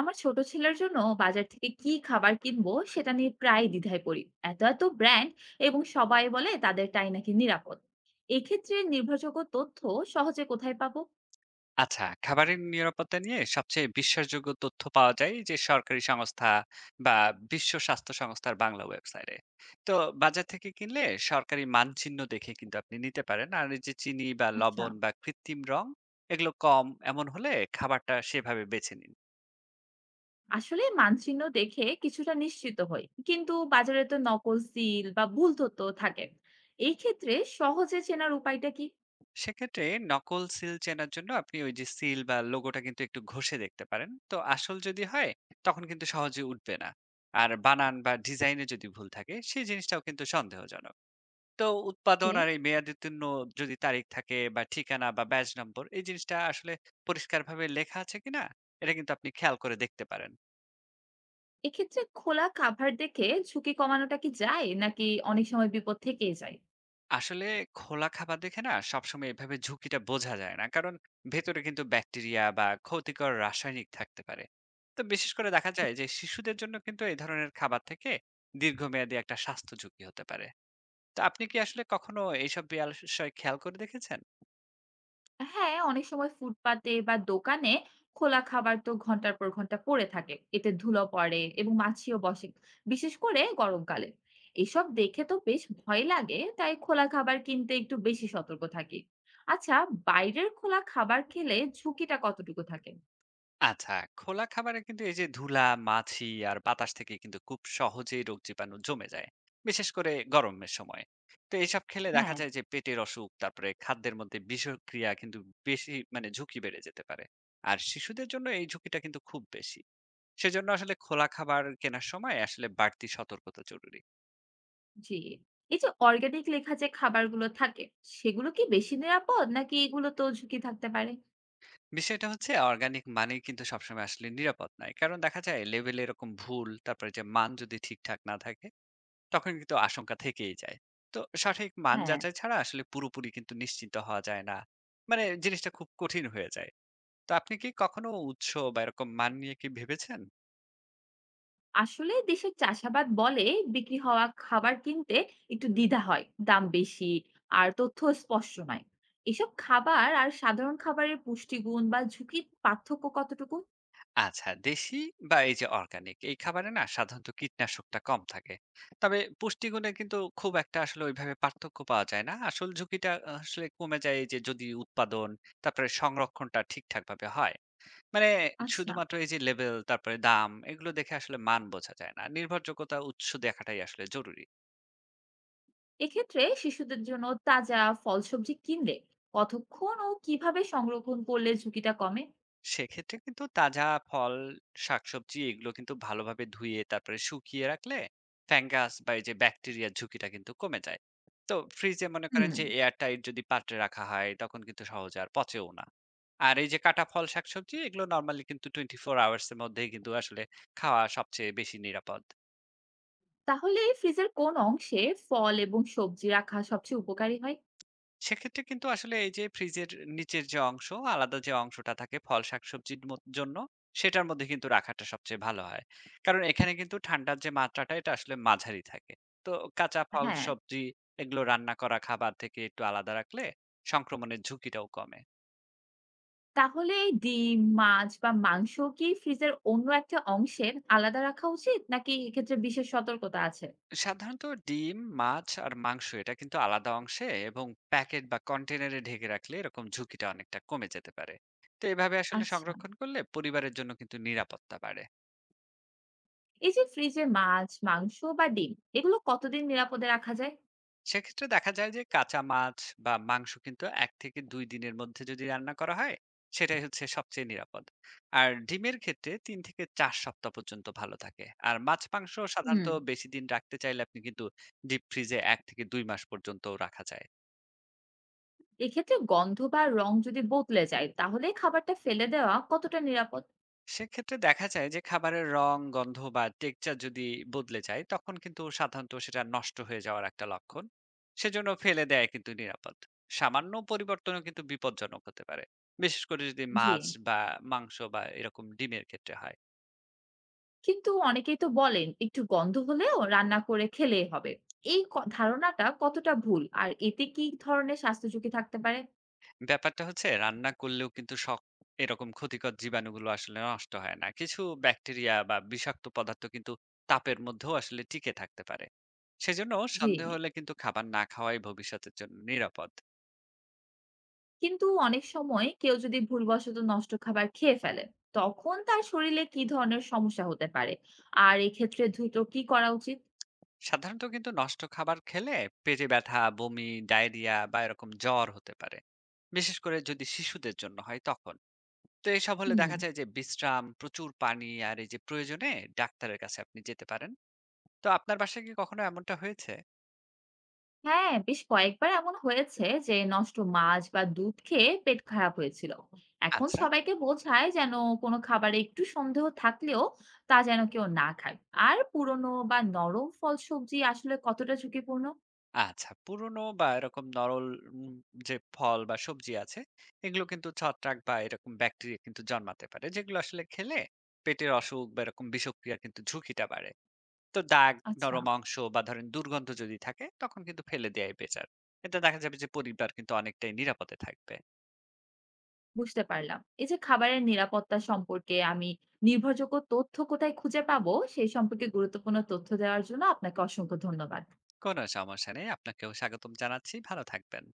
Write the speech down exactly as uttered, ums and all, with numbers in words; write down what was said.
আমার ছোট ছেলের জন্য বাজার থেকে কি খাবার কিনবো সেটা নিয়ে প্রায় দ্বিধায় পড়ি। এত এত ব্র্যান্ড, এবং সবাই বলে তাদেরটাই নাকি নিরাপদ। এক্ষেত্রে নির্ভরযোগ্য তথ্য সহজে কোথায় পাবো? আচ্ছা, খাবারের নিরাপত্তা নিয়ে সবচেয়ে বিশ্বাসযোগ্য তথ্য পাওয়া যায় যে সরকারি সংস্থা বা বিশ্ব স্বাস্থ্য সংস্থার বাংলা ওয়েবসাইটে। তো বাজার থেকে কিনলে সরকারি মানচিহ্ন দেখে কিন্তু আপনি নিতে পারেন। আর এই যে চিনি বা আচ্ছা, লবণ বা কৃত্রিম রং এগুলো কম এমন হলে খাবারটা সেভাবে বেছে নিন। আসলে মানচিহ্ন দেখে কিছুটা নিশ্চিত হই, কিন্তু বাজারে তো নকল সিল বা ভুল তথ্য থাকে। এই ক্ষেত্রে সহজে চেনার উপায়টা কি? সেক্ষেত্রে নকল সিল চেনার জন্য আপনি ওই যে সিল বা লোগোটা কিন্তু একটু ঘষে দেখতে পারেন। তো আসল যদি হয় তখন কিন্তু সহজে উঠবে না। আর বানান বা ডিজাইনে যদি ভুল থাকে সেই জিনিসটাও কিন্তু সন্দেহজনক। তো উৎপাদন ওকে, আর এই মেয়াদোত্তীর্ণ যদি তারিখ থাকে বা ঠিকানা বা ব্যাজ নম্বর এই জিনিসটা আসলে পরিষ্কারভাবে লেখা আছে কিনা এটা কিন্তু আপনি খেয়াল করে দেখতে পারেন। এক্ষেত্রে খোলা কাভার দেখে ঝুঁকি কমানোটা কি যায় নাকি? অনেক সময় বিপদ থেকেই যায়। আসলে খোলা খাবার দেখে না সবসময় এভাবে ঝুঁকিটা বোঝা যায় না, কারণ ভেতরে কিন্তু ব্যাকটেরিয়া বা ক্ষতিকর রাসায়নিক থাকতে পারে। তো বিশেষ করে দেখা যায় যে শিশুদের জন্য কিন্তু এই ধরনের খাবার থেকে দীর্ঘমেয়াদী একটা স্বাস্থ্য ঝুঁকি হতে পারে। তো আপনি কি আসলে কখনো এইসব বিষয় খেয়াল করে দেখেছেন? হ্যাঁ, অনেক সময় ফুটপাতে বা দোকানে খোলা খাবার তো ঘন্টার পর ঘন্টা পড়ে থাকে। এতে ধুলো পড়ে এবং মাছিও বসে, বিশেষ করে গরমকালে। এসব দেখে তো বেশ ভয় লাগে, তাই খোলা খাবার কিনতে একটু বেশি সতর্ক থাকি। আচ্ছা, বাইরের খোলা খাবার খেলে ঝুঁকিটা কতটুকু থাকে? আচ্ছা, খোলা খাবারে কিন্তু এই যে ধুলা, মাছি আর বাতাস থেকে কিন্তু খুব সহজেই রোগ জীবাণু জমে যায়। বিশেষ করে গরমের সময়। তো এইসব খেলে দেখা হ্যাঁ, যায় যে পেটের অসুখ, তারপরে খাদ্যের মধ্যে বিষক্রিয়া কিন্তু বেশি, মানে ঝুঁকি বেড়ে যেতে পারে। আর শিশুদের জন্য এই ঝুঁকিটা কিন্তু খুব বেশি। সেজন্য আসলে খোলা খাবার কেনার সময় আসলে বাড়তি সতর্কতা জরুরি। জি। এই যে অর্গানিক লেখা যে খাবারগুলো থাকে, সেগুলো কি বেশি নিরাপদ, নাকি এগুলো তো ঝুঁকি থাকতে পারে? বিষয়টা হচ্ছে অর্গানিক মানেই কিন্তু সবসময় আসলে নিরাপদ নয়। কারণ দেখা যায় লেবেলে এরকম ভুল, তারপরে যে মান যদি ঠিকঠাক না থাকে তখন কিন্তু আশঙ্কা থেকেই যায়। তো সঠিক মান হ্যাঁ। যাচাই ছাড়া আসলে পুরোপুরি কিন্তু নিশ্চিন্ত হওয়া যায় না। মানে জিনিসটা খুব কঠিন হয়ে যায়। তো আপনি কি কখনো উৎস বা এরকম মান নিয়ে কি ভেবেছেন? আসলে দেশের চাষাবাদ বলে বিক্রি হওয়া খাবার কিনতে একটু দ্বিধা হয়, দাম বেশি আর তথ্য স্পষ্ট নয়। এসব খাবার আর সাধারণ খাবারের পুষ্টিগুণ বা ঝুঁকির পার্থক্য কতটুকু? আচ্ছা, দেশি বা এই যে অর্গানিক এই খাবারে না সাধারণত কীটনাশকটা কম থাকে। তবে পুষ্টিগুণে কিন্তু খুব একটা আসলে ওইভাবে পার্থক্য পাওয়া যায় না। আসল ঝুঁকিটা আসলে কমে যায় এই যে যদি উৎপাদন, তারপরে সংরক্ষণটা ঠিকঠাকভাবে হয়। মানে আচ্ছা, শুধুমাত্র এই যে লেবেল, তারপরে দাম এগুলো দেখে আসলে মান বোঝা যায় না। নির্ভরযোগ্যতা উৎস দেখাটাই আসলে জরুরি। এক্ষেত্রে শিশুদের জন্য তাজা ফল সবজি কিনলে কতক্ষণ ও কিভাবে সংরক্ষণ করলে ঝুঁকিটা কমে? সেক্ষেত্রে কিন্তু তাজা ফল, শাকসবজি এগুলো কিন্তু ভালোভাবে ধুয়ে তারপরে শুকিয়ে রাখলে ফ্যাঙ্গাস বা এই যে ব্যাকটেরিয়ার ঝুঁকিটা কিন্তু কমে যায়। তো ফ্রিজে মনে করেন হুম। যে এয়ার টাইট যদি পাত্রে রাখা হয় তখন কিন্তু সহজে আর পচেও না। আর এই যে কাটা ফল, শাকসবজি এগুলো নরমালি কিন্তু চব্বিশ আওয়ার্স এর মধ্যেই কিন্তু আসলে খাওয়া সবচেয়ে বেশি নিরাপদ। তাহলে ফ্রিজের কোন অংশে ফল এবং সবজি রাখা সবচেয়ে উপকারী হয়? সেক্ষেত্রে কিন্তু আসলে এই যে ফ্রিজের নিচের যে অংশ, আলাদা যে অংশটা থাকে ফল শাকসবজির মত জন্য, সেটার মধ্যে কিন্তু রাখাটা সবচেয়ে ভালো হয়। কারণ এখানে কিন্তু ঠান্ডার যে মাত্রাটা এটা আসলে মাঝারি থাকে। তো কাঁচা ফল হ্যাঁ। সবজি এগুলো রান্না করা খাবার থেকে একটু আলাদা রাখলে সংক্রমণের ঝুঁকিটাও কমে। তাহলে এই ডিম, মাছ বা মাংস কি ফ্রিজের অন্য একটা অংশের আলাদা রাখা উচিত? নাকি এক্ষেত্রে বিশেষ সতর্কতা আছে? সাধারণত ডিম, মাছ আর মাংস এটা কিন্তু আলাদা অংশে এবং প্যাকেট বা কন্টেইনারে ঢেকে রাখলে এরকম ঝুঁকিটা অনেকটা কমে যেতে পারে। তো এভাবে আসলে আচ্ছা। সংরক্ষণ করলে পরিবারের জন্য কিন্তু নিরাপত্তা বাড়ে। এই যে ফ্রিজে মাছ, মাংস বা ডিম এগুলো কতদিন নিরাপদে রাখা যায়? সেক্ষেত্রে দেখা যায় যে কাঁচা মাছ বা মাংস কিন্তু এক থেকে দুই দিনের মধ্যে যদি রান্না করা হয় সেটাই হচ্ছে সবচেয়ে নিরাপদ। আর ডিমের ক্ষেত্রে তিন থেকে চার সপ্তাহ পর্যন্ত ভালো থাকে, আর মাছ মাংস সাধারণত হুম। বেশি দিন রাখতে চাইলে আপনি কিন্তু ডিপ ফ্রিজে এক থেকে দুই মাস পর্যন্ত রাখা যায়। এক্ষেত্রে গন্ধ বা রং যদি বদলে যায় তাহলে খাবারটা ফেলে দেওয়া কতটা নিরাপদ? সেক্ষেত্রে দেখা যায় যে খাবারের রং, গন্ধ বা টেক্সচার যদি বদলে যায় তখন কিন্তু সাধারণত সেটা নষ্ট হয়ে যাওয়ার একটা লক্ষণ। সেজন্য ফেলে দেয় কিন্তু নিরাপদ। সামান্য পরিবর্তনও কিন্তু বিপজ্জনক হতে পারে। বিশেষ করে যদি জি। মাছ বা মাংস বা এরকম ডিমের ক্ষেত্রে হয়। কিন্তু অনেকেই তো বলেন একটু গন্ধ হলেও রান্না করে খেলেই হবে। এই ক- ধারণাটা কতটা ভুল, আর এতে কি ধরনের স্বাস্থ্য ঝুঁকি থাকতে পারে? ব্যাপারটা হচ্ছে রান্না করলেও কিন্তু সব এরকম ক্ষতিকর জীবাণুগুলো আসলে নষ্ট হয় না। কিছু ব্যাকটেরিয়া বা বিষাক্ত পদার্থ কিন্তু তাপের মধ্যেও আসলে টিকে থাকতে পারে। সেজন্য জি। সন্দেহ হলে কিন্তু খাবার না খাওয়াই ভবিষ্যতের জন্য নিরাপদ। কিন্তু অনেক সময় কেউ যদি ভুলবশত নষ্ট খাবার খেয়ে ফেলে, তখন তার শরীরে কি ধরনের সমস্যা হতে পারে, আর এক্ষেত্রে দ্রুত কি করা উচিত? সাধারণত কিন্তু নষ্ট খাবার খেলে পেটে ব্যথা, বমি, ডায়রিয়া বা এরকম জ্বর হতে পারে, বিশেষ করে যদি শিশুদের জন্য হয় তখন। তো এইসব হলে হুম। দেখা যায় যে বিশ্রাম, প্রচুর পানি আর এই যে প্রয়োজনে ডাক্তারের কাছে আপনি যেতে পারেন। তো আপনার বাসায় কি কখনো এমনটা হয়েছে? হ্যাঁ, বেশ কয়েকবার এমন হয়েছে যে নষ্ট মাছ বা দুধ খেয়ে পেট খারাপ হয়েছিল। এখন আচ্ছা। সবাইকে বোঝায় যেন কোনো খাবারে একটু সন্দেহ থাকলেও তা যেন কেউ না খায়। আর পুরনো বা নরম ফল সবজি আসলে কতটা ঝুঁকিপূর্ণ? আচ্ছা, পুরনো বা এরকম নরল উম, যে ফল বা সবজি আছে এগুলো কিন্তু ছত্রাক বা এরকম ব্যাকটেরিয়া কিন্তু জন্মাতে পারে, যেগুলো আসলে খেলে পেটের অসুখ বা এরকম বিষক্রিয়ার কিন্তু ঝুঁকিটা বাড়ে। তো দাগ, আচ্ছা, নরম অংশ বা ধরেন দুর্গন্ধ যদি থাকে তখন কিন্তু ফেলে দেয়াই বেটার। এতে দেখা যাবে যে পরিবার কিন্তু অনেকটাই নিরাপদে থাকবে। বুঝতে পারলাম। এই যে খাবারের নিরাপত্তা সম্পর্কে আমি নির্ভরযোগ্য তথ্য কোথায় খুঁজে পাবো, সেই সম্পর্কে গুরুত্বপূর্ণ তথ্য দেওয়ার জন্য আপনাকে অসংখ্য ধন্যবাদ। কোনো সমস্যা নেই। আপনাকেও স্বাগতম জানাচ্ছি। ভালো থাকবেন।